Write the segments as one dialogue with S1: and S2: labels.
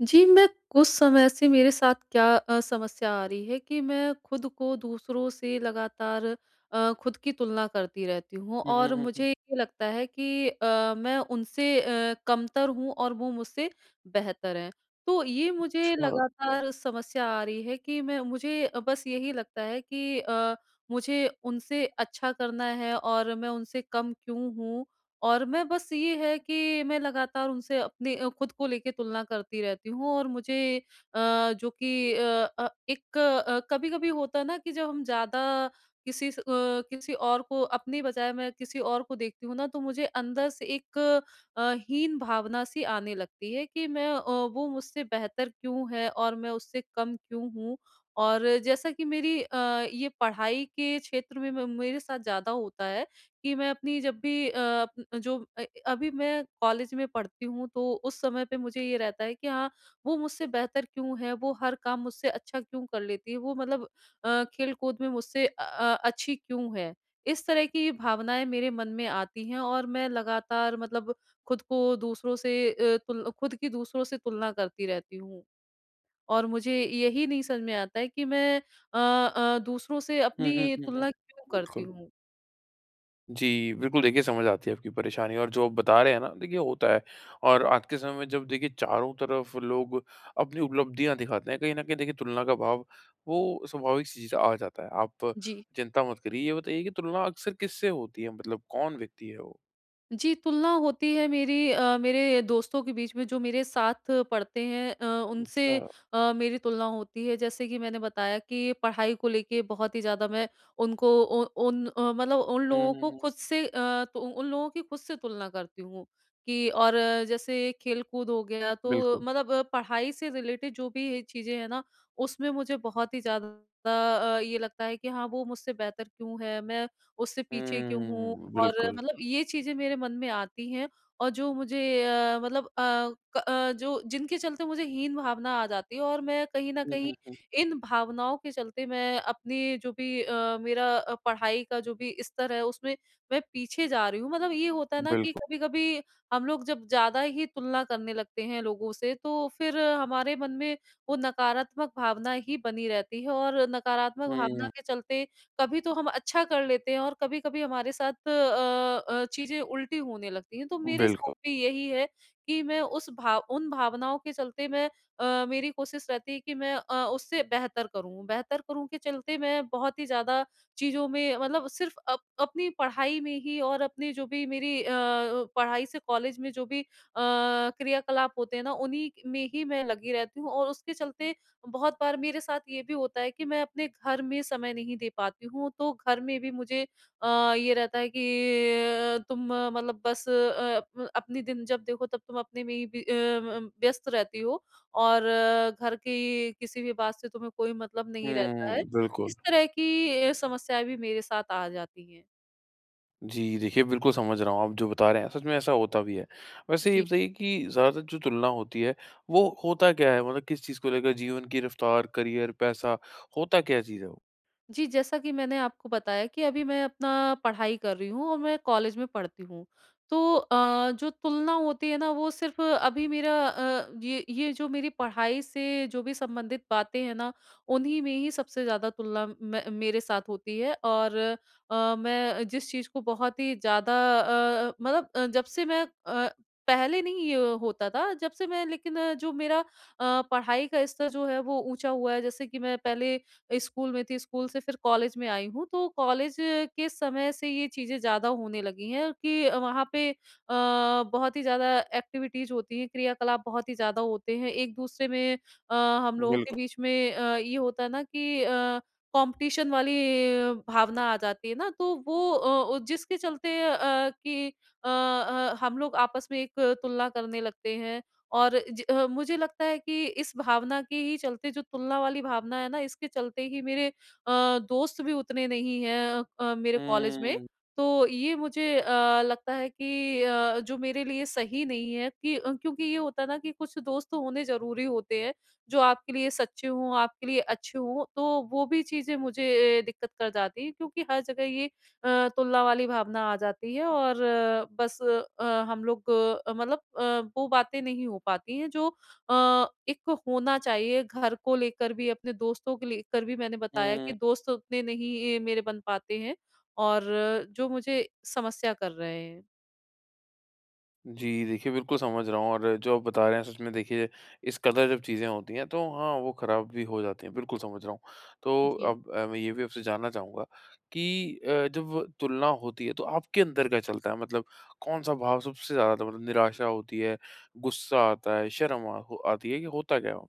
S1: जी, मैं कुछ समय से मेरे साथ क्या समस्या आ रही है कि मैं खुद को दूसरों से लगातार खुद की तुलना करती रहती हूँ
S2: हुँ, हुँ,
S1: और
S2: हुँ, हुँ।
S1: मुझे ये लगता है कि मैं उनसे कमतर हूँ और वो मुझसे बेहतर हैं। तो ये मुझे
S2: अच्छा।
S1: लगातार समस्या आ रही है कि मैं मुझे बस यही लगता है कि मुझे उनसे अच्छा करना है और मैं उनसे कम क्यों हूँ और मैं बस ये है कि मैं लगातार उनसे अपने खुद को लेके तुलना करती रहती हूँ और मुझे अ, जो कि एक कभी-कभी होता है ना कि जब हम ज़्यादा किसी और को अपनी बजाय मैं किसी और को देखती हूँ ना, तो मुझे अंदर से एक हीन भावना सी आने लगती है कि वो मुझसे बेहतर क्यों है और मैं उससे कम क्यों हूँ? और जैसा कि मेरी ये पढ़ाई के क्षेत्र में म मेरे साथ ज़्यादा होता है। कि मैं अपनी जब भी अ, अप जो अ, अभी मैं कॉलेज में पढ़ती हूँ तो उस समय पे मुझे ये रहता है कि हाँ, वो मुझसे बेहतर क्यों है? वो हर काम मुझसे अच्छा क्यों कर लेती है? वो मतलब खेल-कूद में मुझसे अच्छी क्यों है? इस तरह की भावनाएँ मेरे मन में आती हैं और मैं लगातार मतलब खुद को दूसरों से अ, तुल खुद की दूसरों से तुलना करती रहती हूँ। और मुझे यही नहीं समझ में आता है कि अ दूसरों से
S2: हुँ, हुँ,
S1: अपनी
S2: हुँ, हुँ।
S1: तुलना क्यों करती
S2: बिल्कुल।
S1: हूँ?
S2: जी, बिल्कुल देखिए समझ आती है आपकी परेशानी और जो आप बता रहे हैं ना देखिए होता है और आज के समय में जब देखिए चारों तरफ लोग अपनी उपलब्धियाँ दिखाते हैं, कहीं न कहीं देखिए तुलना का भाव वो स्वाभाविक सी चीज़ आ जाता है। आप
S1: जी।
S2: चिंता मत करिए। ये बताइए कि तुलना अक्सर किससे होती है मतलब कौन व्यक्ति है वो?
S1: जी, तुलना होती है मेरी मेरे दोस्तों के बीच में जो मेरे साथ पढ़ते हैं उनसे
S2: अच्छा।
S1: मेरी तुलना होती है। जैसे कि मैंने बताया कि पढ़ाई को लेके बहुत ही ज़्यादा मैं उनको उ उन अ, मतलब उन
S2: हुँ,
S1: लोगों
S2: हुँ,
S1: को
S2: हुँ।
S1: तो उन लोगों की खुद से तुलना करती हूँ कि जैसे खेल-कूद हो गया तो
S2: बिल्कुल।
S1: मतलब पढ़ाई से रिलेटेड जो भी चीज़ें हैं ना, उसमें मुझे बहुत ही ज़्यादा ये लगता है कि हाँ, वो मुझसे बेहतर क्यों है? मैं उससे पीछे क्यों हूँ?
S2: हुँ,
S1: और
S2: बिल्कुल।
S1: मतलब ये चीज़ें मेरे मन में आती हैं और जो मुझे अ, मतलब अ, क अ, जो जिनके चलते मुझे हीन भावना आ जाती है और मैं कहीं न
S2: हुँ,
S1: कहीं
S2: हुँ, हुँ।
S1: इन भावनाओं के चलते मैं अपनी जो भी अ, मेरा अ, पढ़ाई का जो भी स्तर है उसमें मैं पीछे जा रही हूँ। मतलब ये होता है ना कि
S2: बिल्कुल।
S1: कभी-कभी हम लोग जब ज़्यादा ही तुलना करने लगते हैं लोगों से तो फिर हमारे मन में वो नकारात्मक भावना ही बनी रहती है और नकारात्मक भावना
S2: हुँ।
S1: के चलते कभी तो हम अच्छा कर लेते हैं और कभी-कभी हमारे साथ चीज़ें उल्टी होने लगती हैं। तो मेरे साथ
S2: बिल्कुल।
S1: भी यही है कि मैं उस भाव उन भावनाओं के चलते मेरी कोशिश रहती है कि उससे बेहतर करूँ। बेहतर करूँ के चलते मैं बहुत ही ज़्यादा चीज़ों में मतलब सिर्फ़ अप अपनी पढ़ाई में ही और अपनी जो भी पढ़ाई से कॉलेज में जो भी क्रियाकलाप होते हैं ना, उन्हीं में ही मैं लगी रहती हूँ और उसके चलते बहुत बार मेरे साथ ये भी होता है कि मैं अपने घर में समय नहीं दे पाती हूँ, तो घर में भी मुझे अ, ये रहता है कि मतलब बस अ, अप अपनी दिन जब देखो तब तुम अपने में ही बि अ, म व्यस्त रहती हो और घर की किसी भी बात से तुम्हें कोई मतलब नहीं रहता है।
S2: हुँ, बिल्कुल।
S1: इस तरह की समस्याएँ भी मेरे साथ आ जाती हैं।
S2: जी, देखिए बिल्कुल समझ रहा हूँ आप जो बता रहे हैं, सच में ऐसा होता भी है। वैसे ये
S1: जी।
S2: बताइए कि ज़्यादातर जो तुलना होती है, वो होता क्या है? मतलब किस चीज़ को लेकर जीवन की रफ्तार, करियर, पैसा, होता क्या चीज़ है वो?
S1: जी, जैसा कि मैंने आपको बताया कि अभी मैं अपना पढ़ाई कर रही हूँ और मैं कॉलेज में पढ़ती हूँ। तो जो तुलना होती है ना वो सिर्फ़ अभी मेरा अ, ये जो मेरी पढ़ाई से जो भी संबंधित बातें हैं ना, उन्हीं में ही सबसे ज़्यादा तुलना मैं मेरे साथ होती है और मैं जिस चीज़ को बहुत ही ज़्यादा जब से पहले नहीं ये होता था, जब से मैं लेकिन पढ़ाई का स्तर जो है वो ऊँचा हुआ है, जैसे कि मैं पहले स्कूल में थी, स्कूल से फिर कॉलेज में आई हूँ, तो कॉलेज के समय से ये चीज़ें ज़्यादा होने लगी हैं कि वहाँ पे बहुत ही ज़्यादा एक्टिविटीज़ होती हैं, क्रियाकलाप बहुत ही ज़्यादा होते हैं। एक-दूसरे में अ, हम लोगों के
S2: बिल्कुल।
S1: बीच में ये होता है ना कि कॉम्पिटिशन वाली भावना आ जाती है ना, तो जिसके चलते कि हम लोग आपस में एक तुलना करने लगते हैं। और मुझे लगता है कि इस भावना के ही चलते जो तुलना वाली भावना है ना, इसके चलते ही दोस्त भी उतने नहीं हैं मेरे कॉलेज में।
S2: हुँ,
S1: तो ये लगता है कि जो मेरे लिए सही नहीं है कि क्योंकि ये होता है ना कि कुछ दोस्त होने ज़रूरी होते हैं, जो आपके लिए सच्चे हों, आपके लिए अच्छे हों, तो वो भी चीज़ें दिक्कत कर जाती हैं क्योंकि हर जगह तुलना वाली भावना आ जाती है और अ, बस अ, हम लोग अ, मतलब अ, वो बातें नहीं हो पाती हैं जो एक होना चाहिए घर को लेकर भी अपने दोस्तों को लेकर भी मैंने बताया
S2: हुँ।
S1: कि दोस्त उतने नहीं मेरे बन पाते हैं और जो मुझे समस्या कर रहे हैं।
S2: जी, देखिए बिल्कुल समझ रहा हूँ और जो आप बता रहे हैं सच में देखिए इस कदर जब चीज़ें होती हैं तो हाँ, वो ख़राब भी हो जाती हैं, बिल्कुल समझ रहा हूँ। तो
S1: जी।
S2: अब मैं ये भी आपसे जानना चाहूँगा कि जब वो तुलना होती है तो आपके अंदर क्या चलता है? मतलब कौन-सा भाव सबसे ज़्यादा आता है? मतलब निराशा होती है, गुस्सा आता है, शर्म आ हो आती है, ये होता क्या है?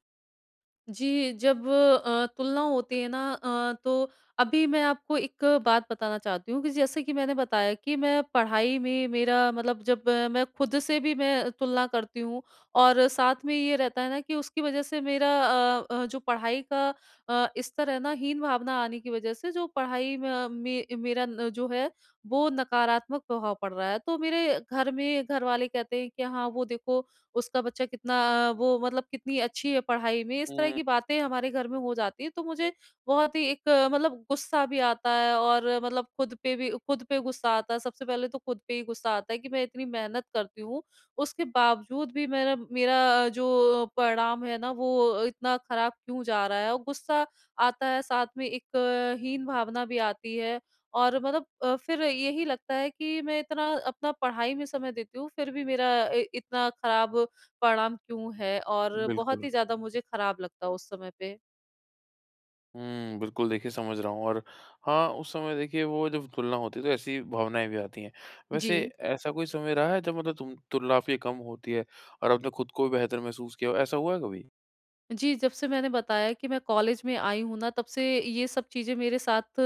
S1: जी, जब तुलना होती है ना, तो अभी मैं आपको एक बात बताना चाहती हूँ कि जैसे कि मैंने बताया कि मैं पढ़ाई में मेरा मतलब जब मैं खुद से भी मैं तुलना करती हूँ और साथ में ये रहता है ना कि उसकी वजह से जो पढ़ाई का स्तर है ना हीन भावना आने की वजह से जो पढ़ाई में मे मेरा न जो है वो नकारात्मक प्रभाव पड़ रहा है। तो मेरे घर में घरवाले कहते हैं कि हाँ, वो देखो उसका बच्चा कितना वो मतलब कितनी अच्छी है पढ़ाई में, इस तरह
S2: हुँ,
S1: की बातें हमारे घर में हो जाती हैं। तो मुझे बहुत ही मतलब गुस्सा भी आता है और मतलब खुद पे भी खुद पे गुस्सा आता है। सबसे पहले तो खुद पे ही गुस्सा आता है कि मैं इतनी मेहनत करती हूँ, उसके बावजूद भी मेरा मेरा जो परिणाम है ना, वो इतना खराब क्यों जा रहा है? और गुस्सा आता है, साथ में हीन भावना भी आती है और फिर यही लगता है कि मैं इतना अपना पढ़ाई में समय देती हूँ, फिर भी मेरा इ इतना खराब परिणाम क्यों है? और बहुत
S2: बिल्कुल।
S1: ही ज़्यादा मुझे खराब लगता है उस समय पे।
S2: हुँ, बिल्कुल देखिए समझ रहा हूँ और हाँ, उस समय देखिए वो जब तुलना होती है तो ऐसी भावनाएँ भी आती हैं। वैसे
S1: जी।
S2: ऐसा कोई समय रहा है जब मतलब तुम तुलना आपकी कम होती है और आपने खुद को भी बेहतर महसूस किया हो, ऐसा हुआ है कभी?
S1: जी, जब से मैंने बताया कि मैं कॉलेज में आई हूँ ना, तब से ये सब चीज़ें मेरे साथ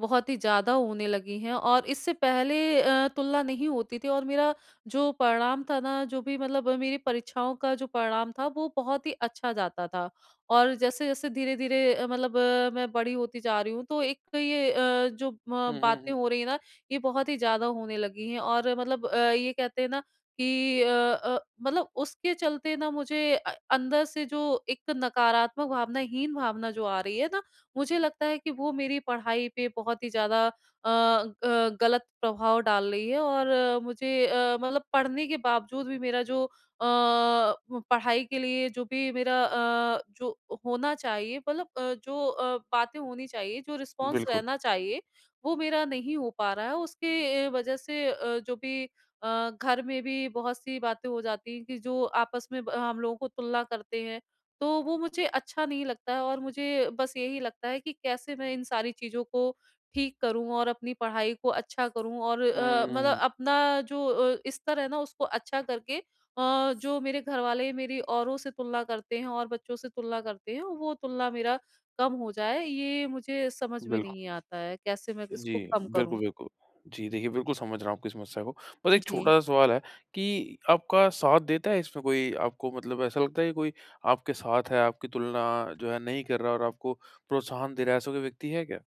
S1: बहुत ही ज़्यादा होने लगी हैं और इससे पहले तुलना नहीं होती थी और मेरा जो परिणाम था ना, जो भी मतलब मेरी परीक्षाओं का जो परिणाम था, वो बहुत ही अच्छा जाता था। और जैसे-जैसे धीरे-धीरे मैं बड़ी होती जा रही हूँ, तो एक जो म
S2: हुँ, हुँ,
S1: बातें
S2: हुँ,
S1: हो रही हैं ना, ये बहुत ही ज़्यादा होने लगी हैं और ये कहते हैं ना कि मतलब उसके चलते ना मुझे अंदर से जो एक नकारात्मक भावना, हीन भावना जो आ रही है ना, मुझे लगता है कि वो मेरी पढ़ाई पे बहुत ही ज़्यादा अ, ग गलत प्रभाव डाल रही है और मतलब पढ़ने के बावजूद भी मेरा जो अ, प पढ़ाई के लिए जो भी जो होना चाहिए बातें होनी चाहिए, जो रिस्पॉन्स
S2: बिल्कुल।
S1: रहना चाहिए, वो मेरा नहीं हो पा रहा है। उसके वजह से जो भी घर में भी बहुत-सी बातें हो जाती हैं कि जो आपस में ब हम लोगों को तुलना करते हैं, तो वो मुझे अच्छा नहीं लगता है और मुझे बस यही लगता है कि कैसे मैं इन सारी चीज़ों को ठीक करूँ और अपनी पढ़ाई को अच्छा करूँ और मतलब
S2: हुँ,
S1: अपना जो स्तर है ना उसको अच्छा करके जो मेरे घरवाले मेरी औरों से तुलना करते हैं और बच्चों से तुलना करते हैं, वो तुलना मेरा कम हो जाए, ये मुझे समझ में
S2: बिल्कुल।
S1: नहीं आता है, कैसे मैं इसको
S2: जी,
S1: कम
S2: बिल्कुल,
S1: करूँ?
S2: बिल्कुल। जी, देखिए बिल्कुल समझ रहा हूँ आपकी समस्या को। बस एक
S1: जी।
S2: छोटा-सा सवाल है कि आपका साथ देता है इसमें कोई आपको मतलब ऐसा लगता है कि कोई आपके साथ है, आपकी तुलना जो है नहीं कर रहा और आपको प्रोत्साहन दे रहा है, ऐसा कोई व्यक्ति है क्या?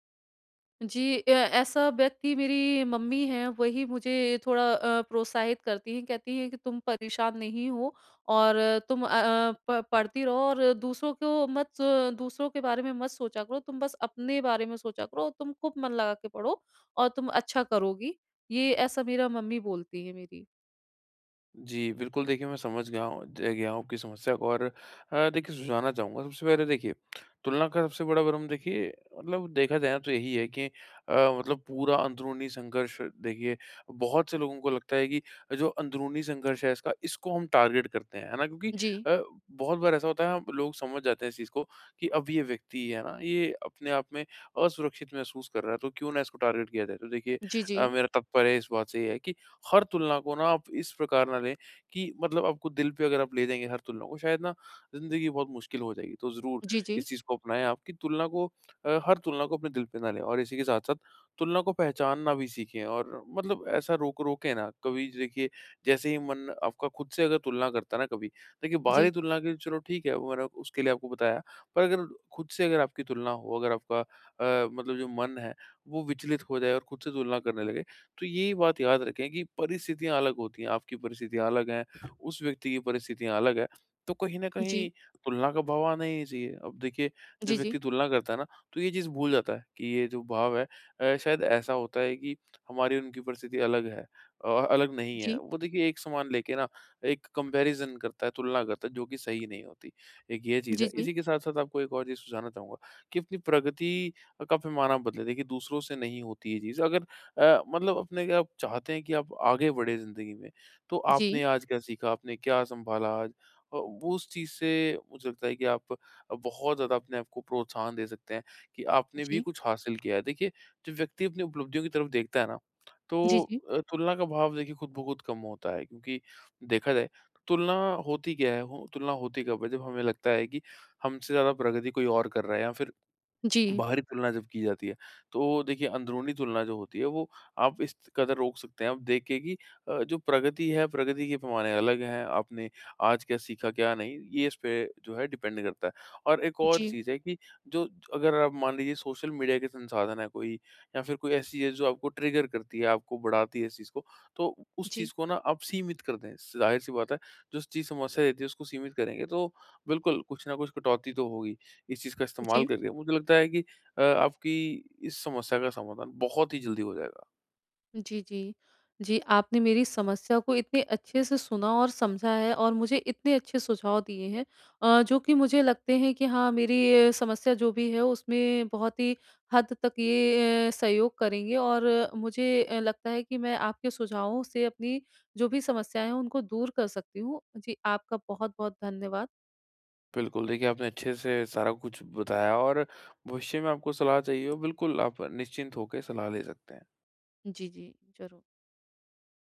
S1: जी ए- ऐसा व्यक्ति मेरी मम्मी है वही मुझे थोड़ा प्रोत्साहित करती हैं कहती हैं कि तुम परेशान नहीं हो और अ, तुम अ, अ, प- पढ़ती रहो और दूसरों के बारे में मत सोचा करो तुम बस अपने बारे में सोचा करो और तुम खूब मन लगा के पढ़ो और तुम अच्छा करोगी ये ऐसा मेरा मम्मी बोलती है मेरी।
S2: जी, बिल्कुल देखिए मैं समझ गया हूँ ज गया हूँ आपकी समस्या को और देखिए सुझाना चाहूँगा सबसे पहले देखिए, तुलना का सबसे बड़ा भ्रम देखिए मतलब देखा जाए तो यही है कि अ, मतलब पूरा अंदरूनी संघर्ष देखिए बहुत से लोगों को लगता है कि जो अंदरूनी संघर्ष है इसका इसको हम टारगेट करते हैं, है ना? क्योंकि
S1: जी।
S2: अ, बहुत बार ऐसा होता है हम लोग समझ जाते हैं इस चीज़ को कि अब ये व्यक्ति है ना, ये अपने आप में असुरक्षित महसूस कर रहा है तो क्यों ना इसको टारगेट किया जाए। तो देखिए
S1: जी। जी।
S2: मेरा तात्पर्य इस बात से ये है कि हर तुलना को ना आप इस प्रकार ना लें कि मतलब आपको दिल पे अगर आप ले जाएँगे हर तुलना को शायद ना ज़िंदगी बहुत मुश्किल हो जाएगी। तो ज़रूर
S1: जी। जी।
S2: इस चीज़ को अपनाएँ आप कि तुलना को हर तुलना को अपने दिल पे ना लें और इसी के साथ-साथ तुलना को पहचानना भी सीखें और मतलब ऐसा रोकें ना कभी देखिए जैसे ही मन आपका खुद से अगर तुलना करता है ना कभी, देखिए बाहरी
S1: जी।
S2: तुलना के लिए चलो ठीक है वो मैंने उसके लिए आपको बताया, पर अगर खुद से अगर आपकी तुलना हो, अगर आपका मतलब जो मन है वो विचलित हो जाए और खुद से तुलना करने लगे, तो ये बात याद रखें कि परिस्थितियाँ अलग होती हैं, आपकी परिस्थितियाँ अलग हैं, उस व्यक्ति की परिस्थितियाँ अलग हैं, तो कहीं न
S1: जी।
S2: कहीं तुलना का भाव आना ही चाहिए। अब देखिए जब
S1: जी।
S2: व्यक्ति तुलना करता है ना, तो ये चीज़ भूल जाता है कि ये जो भाव है शायद ऐसा होता है कि हमारी उनकी परिस्थिति अलग है अलग नहीं है।
S1: जी।
S2: वो देखिए एक समान लेके ना एक कंपैरिज़न करता है, तुलना करता है, जो कि सही नहीं होती। एक ये चीज़ है।
S1: जी।
S2: इसी के साथ-साथ आपको एक और चीज़ सुझाना चाहूँगा कि अपनी प्रगति का पैमाना बदलें। देखिए दूसरों से नहीं होती ये चीज़, अगर मतलब अपने क्या आप चाहते हैं कि आप आगे बढ़े ज़िंदगी में, तो
S1: जी।
S2: आपने आज क्या सीखा? आपने क्या सँभाला आज? वो उस चीज़ से मुझे लगता है कि आप बहुत ज़्यादा अपने आप को प्रोत्साहन दे सकते हैं कि
S1: जी।
S2: आपने भी
S1: जी।
S2: कुछ हासिल किया है। देखिए, जो व्यक्ति अपनी उपलब्धियों की तरफ देखता है ना, तो
S1: जी।
S2: तुलना का भाव देखिए खुद-ब-खुद कम होता है क्योंकि देखा जाए, तो तुलना होती क्या है? हो तुलना होती कब है? जब हमें लगता है कि हमसे ज़्यादा प्रगति कोई और कर रहा है या फिर
S1: जी।
S2: बाहरी तुलना जब की जाती है, तो देखिए अंदरूनी तुलना जो होती है वो आप इस कदर रोक सकते हैं, आप देख के कि जो प्रगति है, प्रगति के पैमाने अलग हैं, आपने आज क्या सीखा, क्या नहीं, ये इस पे जो है डिपेंड करता है। और एक
S1: जी।
S2: और
S1: जी।
S2: चीज़ है कि जो अगर आप मान लीजिए सोशल मीडिया के संसाधन है कोई या फिर कोई ऐसी चीज़ जो आपको ट्रिगर करती है, आपको बढ़ाती है इस चीज़ को, तो
S1: जी।
S2: उस
S1: जी।
S2: चीज़ को ना आप सीमित कर दें। ज़ाहिर-सी बात है, जो चीज़ समस्या देती है उसको सीमित करेंगे तो बिल्कुल कुछ ना कुछ कटौती तो होगी। इस चीज़ का इस्तेमाल
S1: जी।
S2: करके मुझे लगता है कि आपकी इस समस्या का समाधान बहुत ही जल्दी हो जाएगा।
S1: जी, जी। जी, आपने मेरी समस्या को इतने अच्छे से सुना और समझा है और मुझे इतने अच्छे सुझाव दिए हैं जो कि मुझे लगते हैं कि हाँ, मेरी ये समस्या जो भी है उसमें बहुत ही हद तक ये सहयोग करेंगे और मुझे लगता है कि मैं आपके सुझावों से अपनी जो भी समस्याएँ हैं उनको दूर कर सकती हूँ। जी, आपका बहुत-बहुत धन्यवाद।
S2: बिल्कुल, देखिए आपने अच्छे से सारा कुछ बताया और भविष्य में आपको सलाह चाहिए हो, बिल्कुल आप निश्चिंत होके सलाह ले सकते हैं।
S1: जी, जी, ज़रूर।